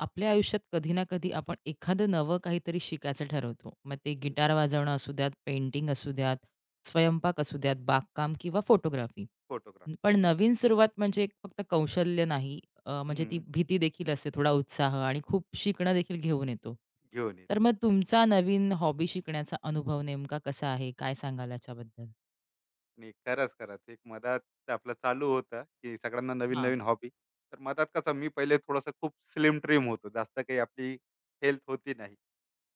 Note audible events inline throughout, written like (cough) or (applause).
आपल्या आयुष्यात कधी ना कधी आपण एखादं नवं काहीतरी शिकायचं ठरवतो. मग ते गिटार वाजवणं असू द्यात, पेंटिंग असू द्यात, स्वयंपाक असू द्यात, बागकाम किंवा फोटोग्राफी. फोटोग्राफ पण नवीन सुरुवात म्हणजे एक फक्त कौशल्य नाही, म्हणजे ती भीती देखील असते, थोडा उत्साह आणि खूप शिकणं देखील घेऊन येतो. घेऊन तर येते. मग तुमचा नवीन हॉबी शिकण्याचा अनुभव नेमका कसा आहे? काय सांगाल याच्याबद्दल? आणि खरंच खरंच एक मधात आपलं चालू होतं की सगळ्यांना नवीन हां. नवीन हॉबी. तर मधात कसं मी पहिले थोडंसं खूप स्लिम ट्रिम होतो, जास्त काही आपली हेल्थ होती नाही.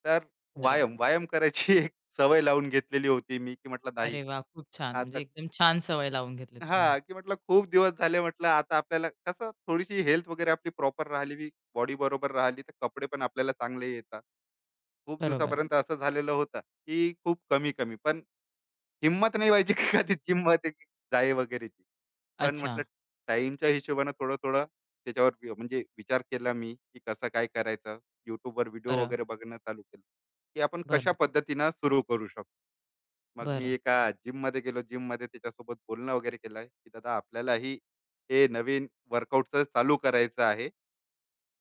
तर बरं. व्यायाम व्यायाम करायची (laughs) एक सवय लावून घेतलेली होती मी, की म्हटलं नाही अरे वाह! खूप छान. म्हणजे आता. एकदम छान सवय लावून घेतलीत तुम्ही. हा, की म्हटलं खूप दिवस झाले, म्हटलं आता आपल्याला कसं थोडीशी हेल्थ वगैरे आपली प्रॉपर राहिली, बॉडी बरोबर राहिली, तर कपडे पण आपल्याला चांगले येतात. खूप बरोबर. दिवसापर्यंत असं झालेलं होतं की खूप कमी कमी पण हिम्मत नाही व्हायची, की का ती हिम्मत आहे जाई वगैरेची. पण अच्छा. म्हटलं टाईमच्या हिशोबानं थोडं-थोडं त्याच्यावर वि म्हणजे विचार केला मी, की कसं काय करायचं. YouTubeवर व्हिडिओ बरं. वगैरे बघणं चालू केलं, की आपण बरं. कशा पद्धतीनं सुरू करू शकतो. मग मी बरं. एका जिममध्ये गेलो. जिममध्ये त्याच्यासोबत बोलणं वगैरे केलं, की "दादा आपल्यालाही हे नवीन वर्कआउटचं चालू करायचं आहे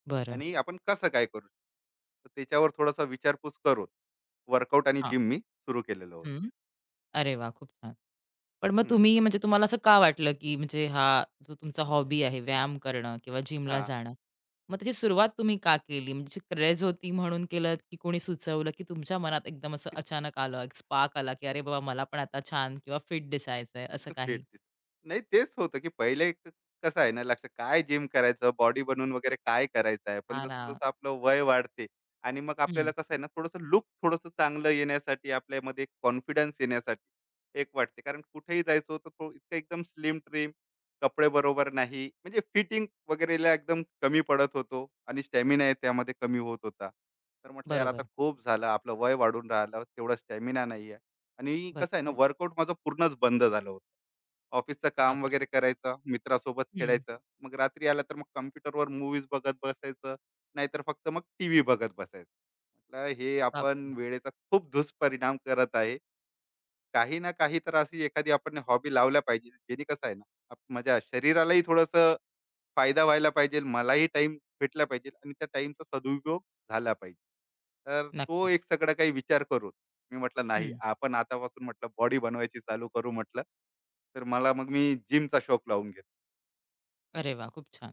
बरं. आणि आपण कसं काय करू?" तर त्याच्यावर थोडासा विचारपूस करून वर्कआउट आणि हां. जिम मी सुरू केलेलं होतं. हं. अरे वा, खूप छान. पण मग हं. तुम्ही म्हणजे तुम्हाला असं का वाटलं, की म्हणजे हा जो तुमचा हॉबी आहे व्यायाम करणं किंवा जिमला हां. जाणं, मग त्याची सुरुवात तुम्ही का केली? म्हणजे क्रेझ होती म्हणून केलत, की कोणी सुचवलं, की तुमच्या मनात एकदम असं अचानक आलं, एक स्पार्क आला, की "अरे बाबा मला पण आता छान किंवा फिट दिसायचंय" असं काही? फिट दिस. नाही तेच होतं की पहिले कसं आहे ना, लक्ष काय जिम करायचं, बॉडी बनवून वगैरे काय करायचं आहे, पण हां ना. जसं जसं आपलं वय वाढते आणि मग आपल्याला हं. कसं आहे ना थोडंसं लुक थोडंसं चांगलं येण्यासाठी, आपल्यामध्ये कॉन्फिडन्स येण्यासाठी एक वाटते, कारण कुठेही जायचं होतं तो इतकं एकदम स्लिम ट्रिम, कपडे बरोबर नाही, म्हणजे फिटिंग वगैरेला एकदम कमी पडत होतो आणि स्टॅमिना आहे त्यामध्ये कमी होत होता. तर म्हटलं यार आता बरोबर. खूप झालं, आपलं वय वाढून राहिलं, तेवढा स्टॅमिना नाही आहे. आणि बरं. कसं आहे ना, वर्कआउट माझं पूर्णच बंद झालं होतं. ऑफिसचं काम बापरे! वगैरे करायचं, मित्रासोबत हं. खेळायचं. मग रात्री आला तर मग कॉम्प्युटरवर मूव्हीज बघत बसायचं, नाहीतर फक्त मग टीव्ही बघत बसायचं. म्हटलं हे बापरे! आपण वेळेचा खूप दुष्परिणाम करत आहे. काही ना काही तर अशी एखादी आपण हॉबी लावल्या पाहिजे, जेणे कसं आहे ना, आप माझ्या शरीरालाही थोडंसं फायदा व्हायला पाहिजे, मलाही टाईम भेटला पाहिजे आणि त्या टाईमचा सदुपयोग झाला पाहिजे. तर तो नक्कीच. एक सगळा काही विचार करून मी म्हटलं नाही हं. आपण आतापासून, म्हटलं बॉडी बनवायची चालू करू म्हटलं. तर मला मग मी जिमचा शौक लावून घेतो. अरे वाह! खूप छान.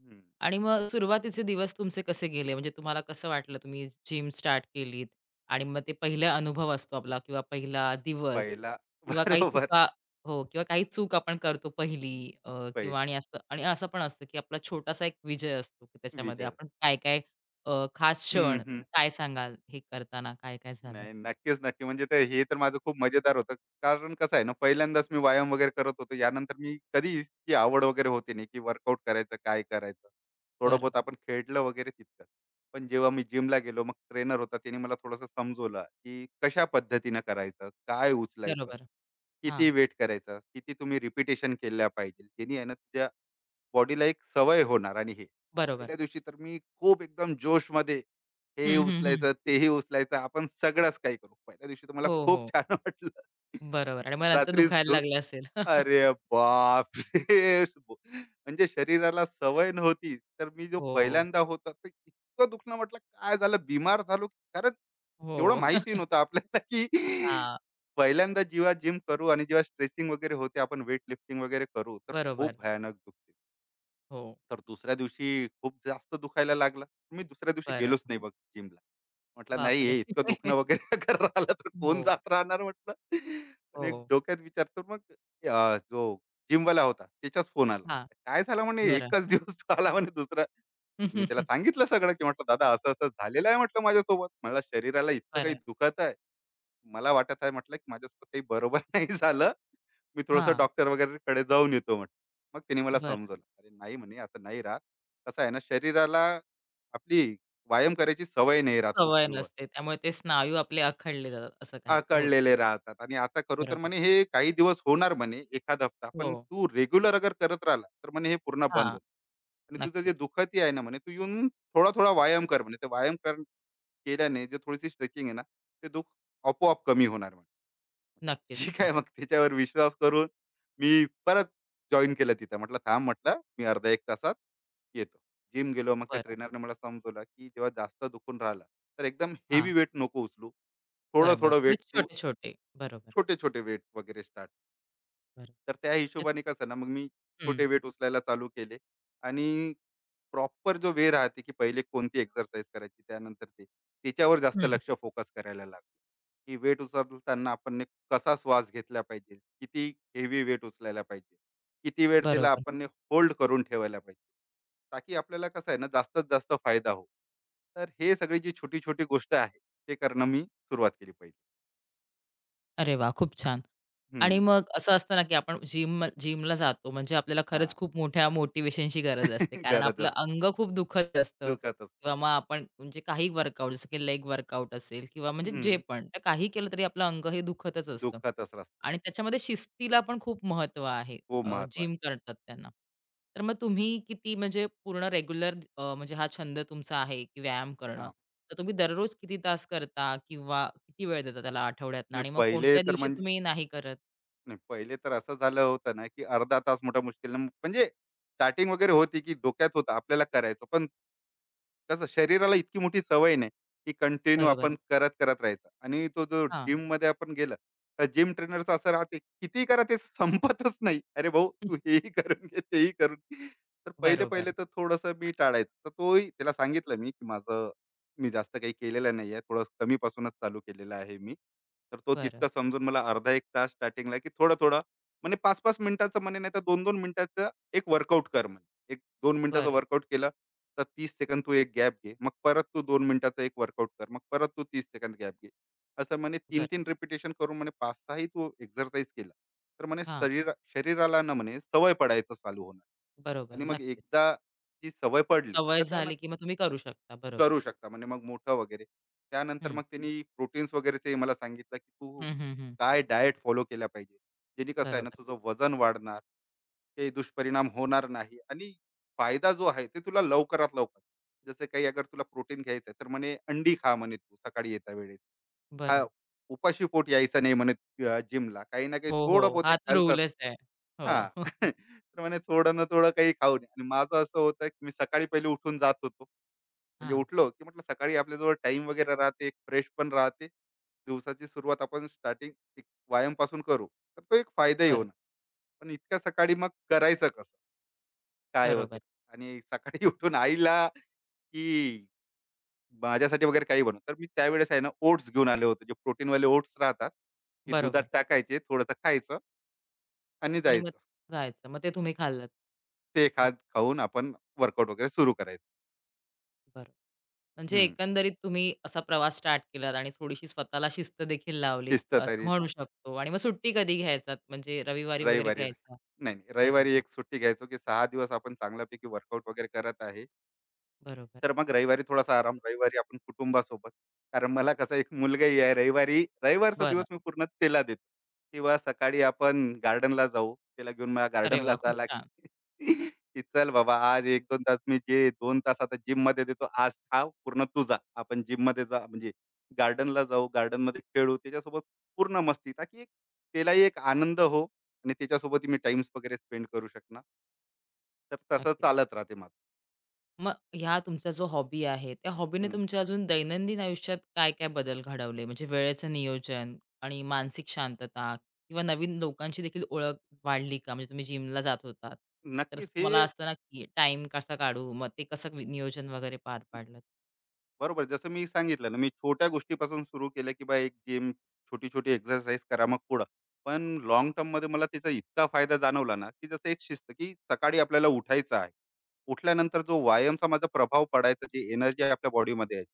हम्म. आणि मग सुरुवातीचे दिवस तुमचे कसे गेले? म्हणजे तुम्हाला कसं वाटलं तुम्ही जिम स्टार्ट केलीत आणि मग ते पहिला अनुभव असतो आपला किंवा पहिला दिवस पहिला. किंवा (laughs) काही बरोबर. चुका. हो, किंवा काही चूक आपण करतो पहिली, किंवा पहिली आणि असं आणि असं पण असतं, की आपला छोटासा एक विजय असतो, की त्याच्यामध्ये विजय. आपण काय-काय, खास हम्म, क्षण. हम्म. काय सांगाल हे करताना काय-काय झालं? नाही, नक्कीच, नक्की. म्हणजे ते हे तर माझं खूप मजेदार होतं. कारण कसं आहे ना, पहिल्यांदाच मी व्यायाम वगैरे करत होतो. यानंतर मी कधी इतकी आवड वगैरे होती नाही, की वर्कआउट करायचं, काय करायचं. थोडं बरं. बहुत आपण खेळलं वगैरे तितकंच. पण जेव्हा मी जिमला गेलो, मग ट्रेनर होता, त्याने मला थोडंसं समजवलं, की कशा पद्धतीनं करायचं, काय उचलायचं, बरोबर. किती हां. वेट करायचं, किती तुम्ही रिपिटेशन केल्या पाहिजे. त्यांनी आहे ना, तुझ्या बॉडीला एक सवय होणार आणि हे बरोबर. पहिल्या दिवशी तर मी खूप एकदम जोश मध्ये, हे हं, हं, हं. उचलायचं तेही उचलायचं, आपण सगळंच काही करू. पहिल्या दिवशी तर मला हो, खूप हो. छान (laughs) वाटलं. बरोबर आणि मग नंतर रात्री दुखायला झो, लागलं असेल. (laughs) अरे बाप रे. म्हणजे शरीराला सवय नव्हती, तर मी जो हो, पहिल्यांदा होता तर इतकं दुखणं, म्हटलं काय झालं, बिमार झालो की कारण तेवढं हो. माहिती (laughs) नव्हतं आपल्याला, की हां. पहिल्यांदा जेव्हा जिम करू आणि जेव्हा स्ट्रेचिंग वगैरे होते, आपण वेट लिफ्टिंग वगैरे करू, तर बरोबर. खूप भयानक दुखते. हो. तर दुसऱ्या दिवशी खूप जास्त दुखायला लागला, मी दुसऱ्या दिवशी बरं. गेलोच नाही बघ जिमला. म्हटलं नाही, बापरे! हे इतकं दुखणं (laughs) वगैरे (laughs) अगर राहिलं तर हो, कोण जात राहणार म्हटलं. पण एक हो. डोक्यात विचार तर मग जो जिमवाला होता त्याचाच फोन आला. हां. काय झालं म्हणे, बरं. एकच दिवस (laughs) आला म्हणे, दुसरा. मी त्याला (laughs) सांगितलं सगळं, की म्हटलं दादा असं-असं झालेलं आहे म्हटलं माझ्यासोबत. मला शरीराला इतकं काही बरं. दुखत आहे. मला वाटत आहे म्हटलं, की माझ्यासोबत काही बरोबर (laughs) नाही झालं. मी थोडंसं हां. डॉक्टर कड़े जाऊन येतो म्हटलं. मग त्यांनी मला बरं. समजवलं. अरे नाही म्हणे, असं नाही राहत. कसं आहे ना, शरीराला आपली व्यायाम करायची सवय नाही राहत खूप सवय दिवस. नसते. त्यामुळे ते स्नायू आपले अखडले जातात असं काही होतं. आकडलेले राहतात, आणि आता करू तर बरोबर. म्हणे हे काही दिवस होणार म्हणे, एखाद हफ्ता. हो. पण तू रेग्युलर अगर करत राहिला, तर म्हणे हे पूर्ण बंद हां, होणार. आणि तुझं जे नक्कीच. दुखतही आहे ना म्हणे, तू येऊन थोडा-थोडा व्यायाम कर म्हणे. ते व्यायाम कर केल्याने जे थोडीशी स्ट्रेचिंग आहे ना, ते दुःख आपोआप कमी होणार म्हणे. म्हटलं नक्कीच, ठीक नक्कीच. आहे, मग त्याच्यावर विश्वास करून मी परत जॉईन केलं तिथं. म्हटलं थांब, म्हटलं मी अर्धा एक तासात येतो. जिम गेलो, मग त्या बरं. ट्रेनरने मला समजवलं, की जेव्हा जास्त दुखून राहिला तर एकदम हां, हेवी वेट नको उचलू. बरोबर. थोडं-थोडं वेट तू, छोटे-छोटे. बरोबर, छोटे-छोटे वेट वगैरे स्टार्ट. बरोबर. तर त्या हिशोबाने कसं ना मग मी हं, छोटे वेट उचलायला चालू केले आणि प्रॉपर जो वे राहते, की पहिले कोणती एक्सरसाइज करायची, त्यानंतर ते त्याच्यावर जास्त हं. लक्ष फोकस करायला लागलो, की वेट उचलताना आपण ने कसा श्वास घेतला पाहिजे, किती हेवी वेट उचलायला पाहिजे, किती वेळ त्याला बरोबर. आपण होल्ड करून ठेवायला पाहिजे, ताकी आपल्याला कसं आहे ना जास्तीत जास्त फायदा हो. तर हे सगळी जी छोटी छोटी गोष्ट आहे, ते करणं मी सुरुवात केली पाहिजे. अरे वा, खूप छान. आणि हम्म. मग असं असतं ना, की आपण जिमला जातो म्हणजे आपल्याला खरंच हा. खूप मोठ्या मोटिव्हेशनची गरज असते. (laughs) कारण गरज आपलं असते. अंग खूप दुखत असतं दुखत असतो. किंवा मग आपण म्हणजे काही वर्कआउट जसं की लेग वर्कआउट असेल किंवा म्हणजे जे हम्म. पण तर काही केलं तरी आपलं अंग हे दुखतच असतं. दुःखातच असते. आणि त्याच्यामध्ये शिस्तीला पण खूप महत्त्व आहे. खूप महत्व आहे. जिम करतात त्यांना. तर मग तुम्ही किती म्हणजे पूर्ण रेग्युलर, म्हणजे हा छंद तुमचा आहे, की व्यायाम करणं. हां. तर तुम्ही दररोज किती तास करता किंवा किती वेळ देता त्याला आठवड्यातनं आणि आणि मग पहिले कोणत्या तर दिवशी म्हणजे, तुम्ही नाही करत? नाही पहिले तर असं झालं होतं ना, की अर्धा तास मोठ्या मुश्किलनं, म्हणजे स्टार्टिंग वगैरे होती, की डोक्यात होतं आपल्याला करायचं. पण कसं शरीराला इतकी मोठी सवय नाही, की कंटिन्यू बरोबर. आपण करत करत राहायचं, आणि तो जो हां. जिम मध्ये आपण गेलं तर जिम ट्रेनरचं असं राहते, किती करा ते संपतच नाही, अरे भाऊ तू हेही करून घे तेही करून घे. तर पहिले पहिले बरोबर. तर थोडस मी टाळायचं, तर तोही त्याला सांगितलं मी की माझं, मी जास्त काही केलेलं नाही आहे, थोडं कमीपासूनच चालू केलेलं आहे मी. तर तो बरं, तितकं समजून मला अर्धा एक तास स्टार्टिंगला, की थोडं थोडं, म्हणजे पाच पाच मिनिटाचं म्हणे नाही तर दोन दोन मिनिटाचं एक वर्कआउट कर म्हणे. एक दोन मिनिटाचं बरं, वर्कआउट केलं, तर 30 सेकंद तू एक गॅप घे. मग परत तू 2 मिनिटाचा एक वर्कआउट कर. मग परत तू 30 सेकंद गॅप घे. असं म्हणे बरं. तीन-तीन रिपिटेशन करून म्हणे 5-6 ही तू एक्सरसाइज केला. तर म्हणे हां, शरीराला ना म्हणे सवय पडायचं चालू होणार. बरोबर. आणि मग नक्कीच. एकदा ती सवय पडली, सवय तर त्यानंतर झाली, की मग तुम्ही करू शकता. बरोबर. करू शकता म्हणे, मग मोठं वगैरे. त्यानंतर हं. मग त्यांनी प्रोटीन्स वगैरेचंही मला सांगितलं, की तू हं, हं, हं. काय डाएट फॉलो केल्या पाहिजे. जेणे कसं आहे ना बरोबर. तुझं वजन वाढणार, काही दुष्परिणाम होणार नाही आणि फायदा जो आहे ते तुला लवकरात लवकर, जसं काही अगर तुला प्रोटीन घ्यायचं आहे तर म्हणे अंडी खा म्हणे तू सकाळी येता वेळेस. हा, बरं. उपाशी पोट यायचं नाही म्हणे जिमला, काही ना काही हो, थोडं हो. बहुत हा एक तर हलकं. रूलच आहे. हा. हो. (laughs) (laughs) तर म्हणे थोडं ना थोडं काही खाऊ नये. आणि माझं असं होतं की मी सकाळी पहिले उठून जात होतो, म्हणजे हां. उठलो की म्हटलं सकाळी आपल्याजवळ टाइम वगैरे राहते, फ्रेश पण राहते, दिवसाची सुरुवात आपण स्टार्टिंग एक व्यायाम पासून करू, तर तो एक फायदाही बरं. होणार. पण इतक्या सकाळी मग करायचं कसं काय बरोबर. वगैरे. आणि सकाळी (laughs) उठून आईला की माझ्यासाठी वगैरे काही बनव. तर मी त्यावेळेस आहे ना ओट्स घेऊन आलो होतो. जे प्रोटीनवाले ओट्स राहतात, की दुधात बरोबर. टाकायचे, थोडंसं खायचं आणि आणि मग जायचं. जायचं. मग ते तुम्ही खाल्लत. ते खात हो. खाऊन आपण वर्कआउट वगैरे सुरू करायचं. बरं. म्हणजे हं. एकंदरीत तुम्ही असा प्रवास स्टार्ट केलात आणि थोडीशी स्वतःला शिस्त देखील लावलीत शिस्त असं तरी ती. म्हणू शकतो. आणि मग सुट्टी कधी घ्यायचात म्हणजे रविवारी वगैरे रविवारी नाही, घ्यायचा? नाही. अरे रविवारी वाह! एक सुट्टी घ्यायचो, की 6 दिवस आपण चांगल्यापैकी वर्कआउट वगैरे करत आहे. बरोबर. तर मग रविवारी थोडासा आराम, रविवारी आपण कुटुंबासोबत, कारण मला कसं एक मुलगाही आहे. रविवारी रविवारचा बरं. दिवस मी पूर्ण त्याला देतो, किंवा सकाळी आपण गार्डनला जाऊ त्याला घेऊन, मला अरे गार्डनला वाह! जा खूप छान. लागते. (laughs) की चल बाबा आज एक दोन तास, मी जे दोन तास आता जिम मध्ये देतो, आज हा पूर्ण तुझा. आपण जिम मध्ये जा, म्हणजे गार्डनला जाऊ, गार्डन मध्ये खेळू त्याच्यासोबत, पूर्ण मस्ती, ताकी एक त्यालाही एक आनंद हो, आणि त्याच्यासोबत मी टाइम्स वगैरे स्पेंड करू शकणार. तर तसं नक्कीच. चालत राहते माझं. मग ह्या तुमचा जो हॉबी आहे, त्या हॉबीने हम्म. तुमच्या अजून दैनंदिन आयुष्यात काय-काय बदल घडवले? म्हणजे वेळेचं नियोजन आणि मानसिक शांतता किंवा नवीन लोकांची देखील ओळख वाढली का? म्हणजे तुम्ही जिमला जात होता, तर असं नक्कीच हे. तुम्हाला असतं की टाईम कसा काढू? मग ते कसं नियोजन वगैरे पार पाडलंत? बरोबर. जसं मी सांगितलं ना, मी छोट्या गोष्टीपासून सुरू केलं, की बा एक जिम, छोटी-छोटी एक्सरसाइज करा, मग पुढं. पण लाँग टर्ममध्ये मला त्याचा इतका फायदा जाणवला ना, की जसं एक शिस्त, की सकाळी आपल्याला उठायचं आहे. उठल्यानंतर जो व्यायामचा माझा प्रभाव पडायचा, जी एनर्जी आपल्या बॉडीमध्ये आहे,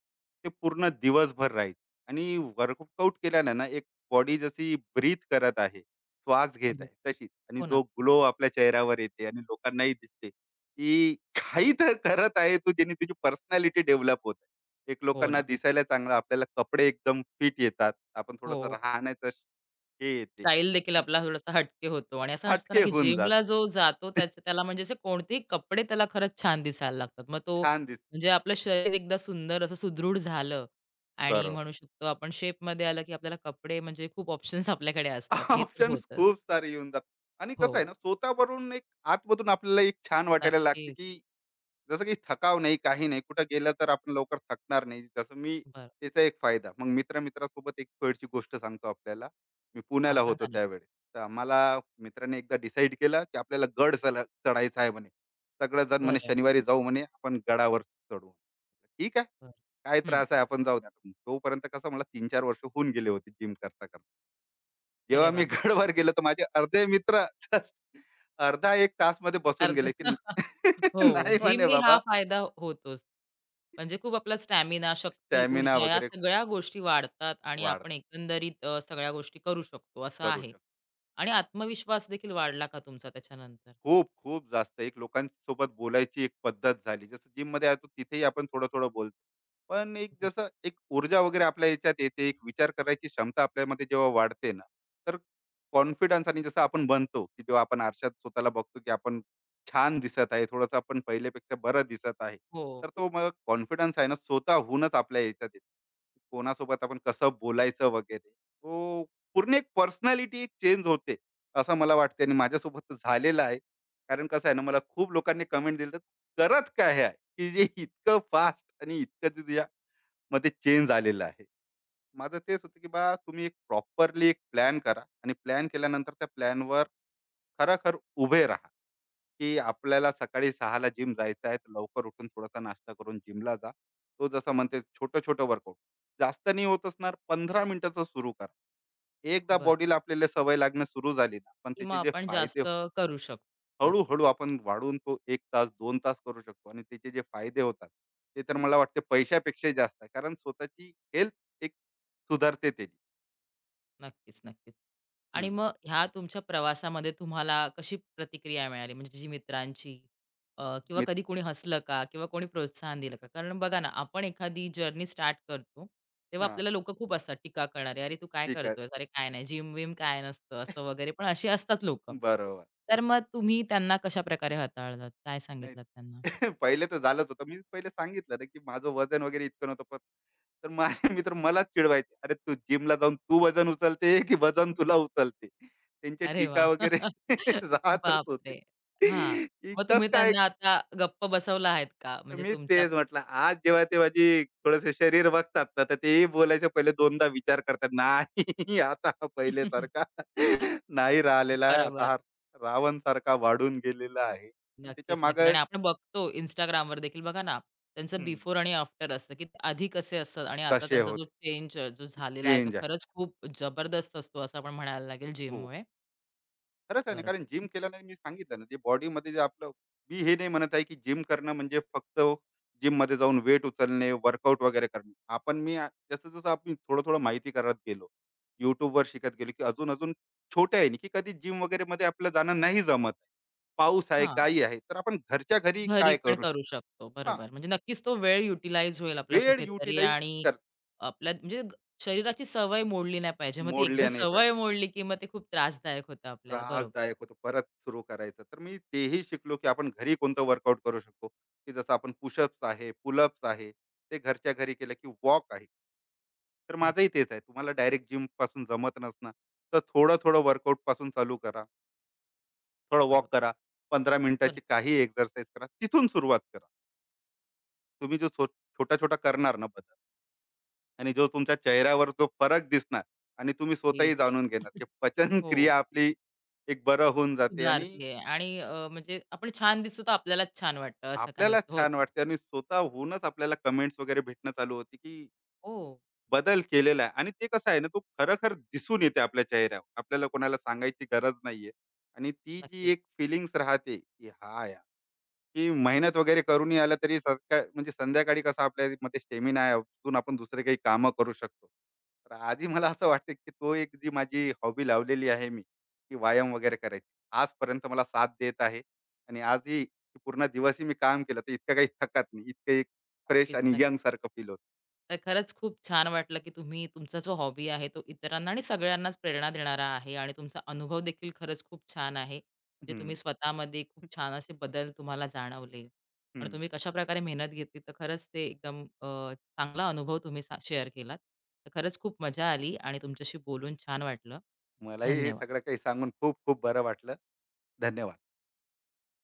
ते पूर्ण दिवसभर राहायची. आणि वर्कआउट केल्याने ना, एक बॉडी जशी ब्रीथ करत आहे, श्वास घेत आहे, तशीच. आणि हो ना, जो ग्लो आपल्या चेहऱ्यावर येते आणि लोकांनाही दिसते, की (laughs) काही तर करत आहे तू, ज्याने तुझी पर्सनॅलिटी डेव्हलप होत, एक हो लोकांना ना. दिसायला चांगलं, आपल्याला कपडे एकदम फिट येतात. आपण हो. थोडंसं राहण्याचं हे येते. स्टाईल देखील आणि आपला थोडासा हटके होतो आणि असं असतं ना, हटके की होऊन जिमला जातो. जो जातो त्याचं त्याला म्हणजे असे कोणतेही कपडे त्याला खरंच छान दिसायला लागतात. मग तो छान दिस. म्हणजे आपलं शरीर एकदा सुंदर असं सुदृढ झालं आणि बरोबर. म्हणू शकतो आपण शेपमध्ये आलं, की आपल्याला कपडे म्हणजे खूप ऑप्शन्स आपल्याकडे असतात. हे (laughs) तर ऑप्शन्स होतंच. खूप सारे येऊन जातात. आणि हो, कसं आहे ना स्वतःवरून एक, आतमधून आपल्याला एक छान वाटायला लागते, नक्कीच. की जसं काही थकाव नाही, काही नाही. कुठं गेलं तर आपण लवकर थकणार नाही. जसं मी, बरं. त्याचा एक फायदा. मग मित्र-मित्रासोबत एक वेळची गोष्ट सांगतो आपल्याला. मी हां, पुण्याला होतो सांगा ना. त्यावेळेस. तर आम्हाला मित्राने एकदा डिसाईड केलं, की आपल्याला गड चला चढायचा आहे म्हणे. सगळेजण म्हणे, बरं, "शनिवारी जाऊ म्हणे, आपण गडावर चढू." ठीक आहे. बरं. काय हं. त्रास आहे, आपण जाऊ द्या. तोपर्यंत कसं मला 3-4 वर्ष होऊन गेले होते जिम करता-करता. अरे जेव्हा वाह! मी (laughs) खूप छान. गडवर गेलो, तर माझे अर्धे मित्र (laughs) अर्धा 1 तासमध्ये बसून अर्धे. गेले, की (laughs) (laughs) हो, "नाही म्हणे जिमनी हा बाबा, फायदा होतोच. म्हणजे खूप आपला स्टॅमिना, शक्ती, स्टॅमिना ऊर्जा या वगैरे सगळ्या गोष्टी वाढतात आणि वाढ आपण एकंदरीत, सगळ्या गोष्टी करू शकतो असं करू आहे. शकतो आणि असं. आत्मविश्वास देखील वाढला का तुमचा त्याच्यानंतर? खूप, खूप जास्त एक लोकांसोबत बोलायची एक पद्धत झाली. जसं जिममध्ये आहे, तो तिथेही आपण थोडं-थोडं बोलतो. पण एक बरं. जसं एक ऊर्जा वगैरे आपल्या याच्यात येते, एक विचार करायची क्षमता आपल्यामध्ये जेव्हा वाढते ना, तर कॉन्फिडन्स आणि जसं आपण बनतो, की जेव्हा आपण आरशात स्वतःला बघतो, की आपण छान दिसत आहे, थोडंसं आपण पहिल्यापेक्षा बरं दिसत आहे. हो, तर तो मग कॉन्फिडन्स आहे ना, स्वतःहूनच आपल्या याच्यात येतो. कोणासोबत आपण कसं बोलायचं वगैरे. तो पूर्ण एक पर्सनॅलिटी एक चेंज होते, असं मला वाटते आणि माझ्यासोबत तर झालेलं आहे. कारण कसं आहे ना, मला खूप लोकांनी कमेंट दिलं, "करत काय आहे?" की जे इतकं फास्ट आणि इतकं तुझ्यामध्ये चेंज आलेला आहे. माझं तेच होतं की तुम्ही एक प्रॉपरली एक प्लॅन करा आणि प्लॅन केल्यानंतर त्या प्लॅनवर खरोखर उभे राहा, की आपल्याला सकाळी 6:00 ला जिम जायचं आहे, तर लवकर उठून थोडासा नाश्ता करून जिमला जा. तो जसा म्हणते छोटं-छोटं वर्कआउट. जास्त नाही होत असणार, 15 मिनिटाचं सुरू करा. एकदा बर बॉडीला आपल्याला सवय लागणं सुरू झाली ना, पण की मग त्याचे जे आपण जास्त फायदे करू शकतो. नक्कीच. हळूहळू आपण वाढवून तो 1 तास, 2 तास करू शकतो आणि त्याचे जे फायदे होतात, ते तर मला वाटते पैशापेक्षाही जास्त आहे. कारण स्वतःची हेल्थ एक सुधारते त्यानी. नक्कीच, नक्कीच. आणि हं. मग ह्या तुमच्या प्रवासामध्ये तुम्हाला कशी प्रतिक्रिया मिळाली? म्हणजे जी मित्रांची, किंवा मी कधी कोणी हसलं का? किंवा कोणी प्रोत्साहन दिलं का? कारण बघा ना, आपण एखादी जर्नी स्टार्ट करतो, तेव्हा हां, आपल्याला लोकं खूप असतात टीका करणारे. "अरे, तू काय ठीक आहे. करतोयस? अरे, काय नाही. जिम-विम काय नसतं." असं वगैरे पण अशी असतात लोकं. बरोबर. तर मग तुम्ही त्यांना कशाप्रकारे हाताळलात? काय नाही, सांगितलात त्यांना? (laughs) पहिले तर झालंच होतं. मी पहिले सांगितलं ना, की माझं वजन वगैरे इतकं नव्हतं. पण तर माझे मित्र (laughs) मलाच चिडवायचे. "अरे, तू जिमला जाऊन तू वजन उचलते की वजन तुला उचलते?" त्यांची अरे टीका वाह! वगैरे (laughs) (laughs) राहतच होती. बापरे! हां. की मग कसं तुम्ही काय. त्यांना आता गप्प बसवला आहेत का? तर म्हणजे मी तुमच्या. तेच म्हटलं, आज जेव्हा ते माझी थोडंसं शरीर बघतात ना, तर तेही बोलायच्या पहिले दोनदा विचार करतात. नाही, (laughs) आता हा पहिलेसारखा (laughs) नाही राहिलेला आहे. आता बरोबर. हा रावणसारखा वाढून गेलेला आहे. पण त्याच्या नक्कीच, नक्कीच. मागे आणि आपण बघतो Instagramवर देखील बघा ना, त्यांचं हं. बिफोर आणि आफ्टर असतं, की आधी कसे असतात आणि आता तसे त्यांचा जो होते. चेंज जो झालेला आहे, तो चेंज आहे खरंच खूप जबरदस्त असतो, असं आपण म्हणायला लागेल खूप. जिममुळे. खरंच आहे ना, बरोबर. कारण जिम केल्याने मी सांगितलं ना, जे बॉडीमध्ये जे आपलं. मी हे नाही म्हणत आहे, की जिम करणं म्हणजे फक्त जिममध्ये जाऊन वेट उचलणे, वर्कआउट वगैरे करणे. आपण मी आ जसं-जसं आपण थोडं-थोडं माहिती करत गेलो, YouTubeवर शिकत गेलो, की अजून-अजून छोट्या आहे, की कधी जिम वगैरेमध्ये आपलं जाणं नाही जमत. पाऊस आहे, हां, काही आहे, तर आपण घरच्या घरी घरी काय पण करू. करू शकतो. हां, बरोबर. म्हणजे नक्कीच तो वेळ युटिलाइज होईल आपला वेळ कुठेतरी युटिलाइज आणि कर आपल्या म्हणजे शरीराची सवय मोडली नाही पाहिजे. मग ती एकदा मोडल्या नाही पाहिजे. सवय मोडली, की मग ते खूप त्रासदायक होतं आपल्याला. बरोबर. त्रासदायक होतो परत सुरू करायचं, तर मी तेही शिकलो की आपण घरी कोणतं वर्कआउट करू शकतो, की जसं आपण पुशअप्स आहे, पुलअप्स आहे, ते घरच्या घरी केलं, की वॉक आहे. तर नक्की, माझंही तेच आहे, तुम्हाला डायरेक्ट जिम पासून जमत नसणार, तर थोडं थोडं वर्कआउट पासून चालू करा. थोडं वॉक बरोबर. करा. पंधरा हो ना. मिनिटाची काही एक्सरसाइज करा, तिथून सुरुवात करा. तुम्ही जो छोटा छोटा करणार ना बदल, आणि जो तुमच्या चेहऱ्यावर जो फरक दिसणार, आणि तुम्ही स्वतःही तेच. जाणून घेणार (laughs) की पचन हो. क्रिया आपली एक बरं होऊन जाते. आणि सुधारतीये आणि, म्हणजे आपण छान दिसतो तर आपल्यालाच छान वाटतं असं काहीसं आपल्यालाच छान होतं. वाटते आणि स्वतःहूनच आपल्याला कमेंट्स वगैरे भेटणं चालू होते की हो. बदल केलेला आहे. आणि ते कसं आहे ना, तो खरखर दिसून येते आपल्या चेहऱ्यावर, आपल्याला कोणाला सांगायची गरज नाहीये. आणि ती हो, जी नक्कीच, एक फिलिंग्स राहते की हा या की मेहनत वगैरे करूनही आलं तरी, सकाळ म्हणजे संध्याकाळी कसं आपल्या मध्ये स्टेमिना आहे, अजून आपण दुसरे काही कामं करू शकतो. तर आधी मला असं वाटतं की तो एक जी माझी हॉबी लावलेली आहे मी की व्यायाम वगैरे करायची, आजपर्यंत मला साथ देत आहे. आणि आजही की पूर्ण दिवसही मी काम केलं तर इतकं काही थकत नाही, इतकं एक फ्रेश नक्कीच, आणि यंग नक्कीच. सारखं फील होत. तर खरंच खूप छान वाटलं, की तुम्ही तुमचा जो हॉबी आहे तो इतरांना आणि सगळ्यांनाच प्रेरणा देणारा आहे आणि तुमचा अनुभव देखील खरंच खूप छान आहे. जे तुम्ही हम्म, स्वतःमध्ये खूप छान असे बदल तुम्हाला जाणवले आणि हम्म. तुम्ही कशाप्रकारे मेहनत घेतली तर खरंच ते एकदम, चांगला अनुभव तुम्ही शेअर केलात. तर खरंच खूप मजा आली आणि तुमच्याशी बोलून छान वाटलं. मलाही हे धन्यवाद. सगळं काही सांगून खूप खूप बरं वाटलं. धन्यवाद.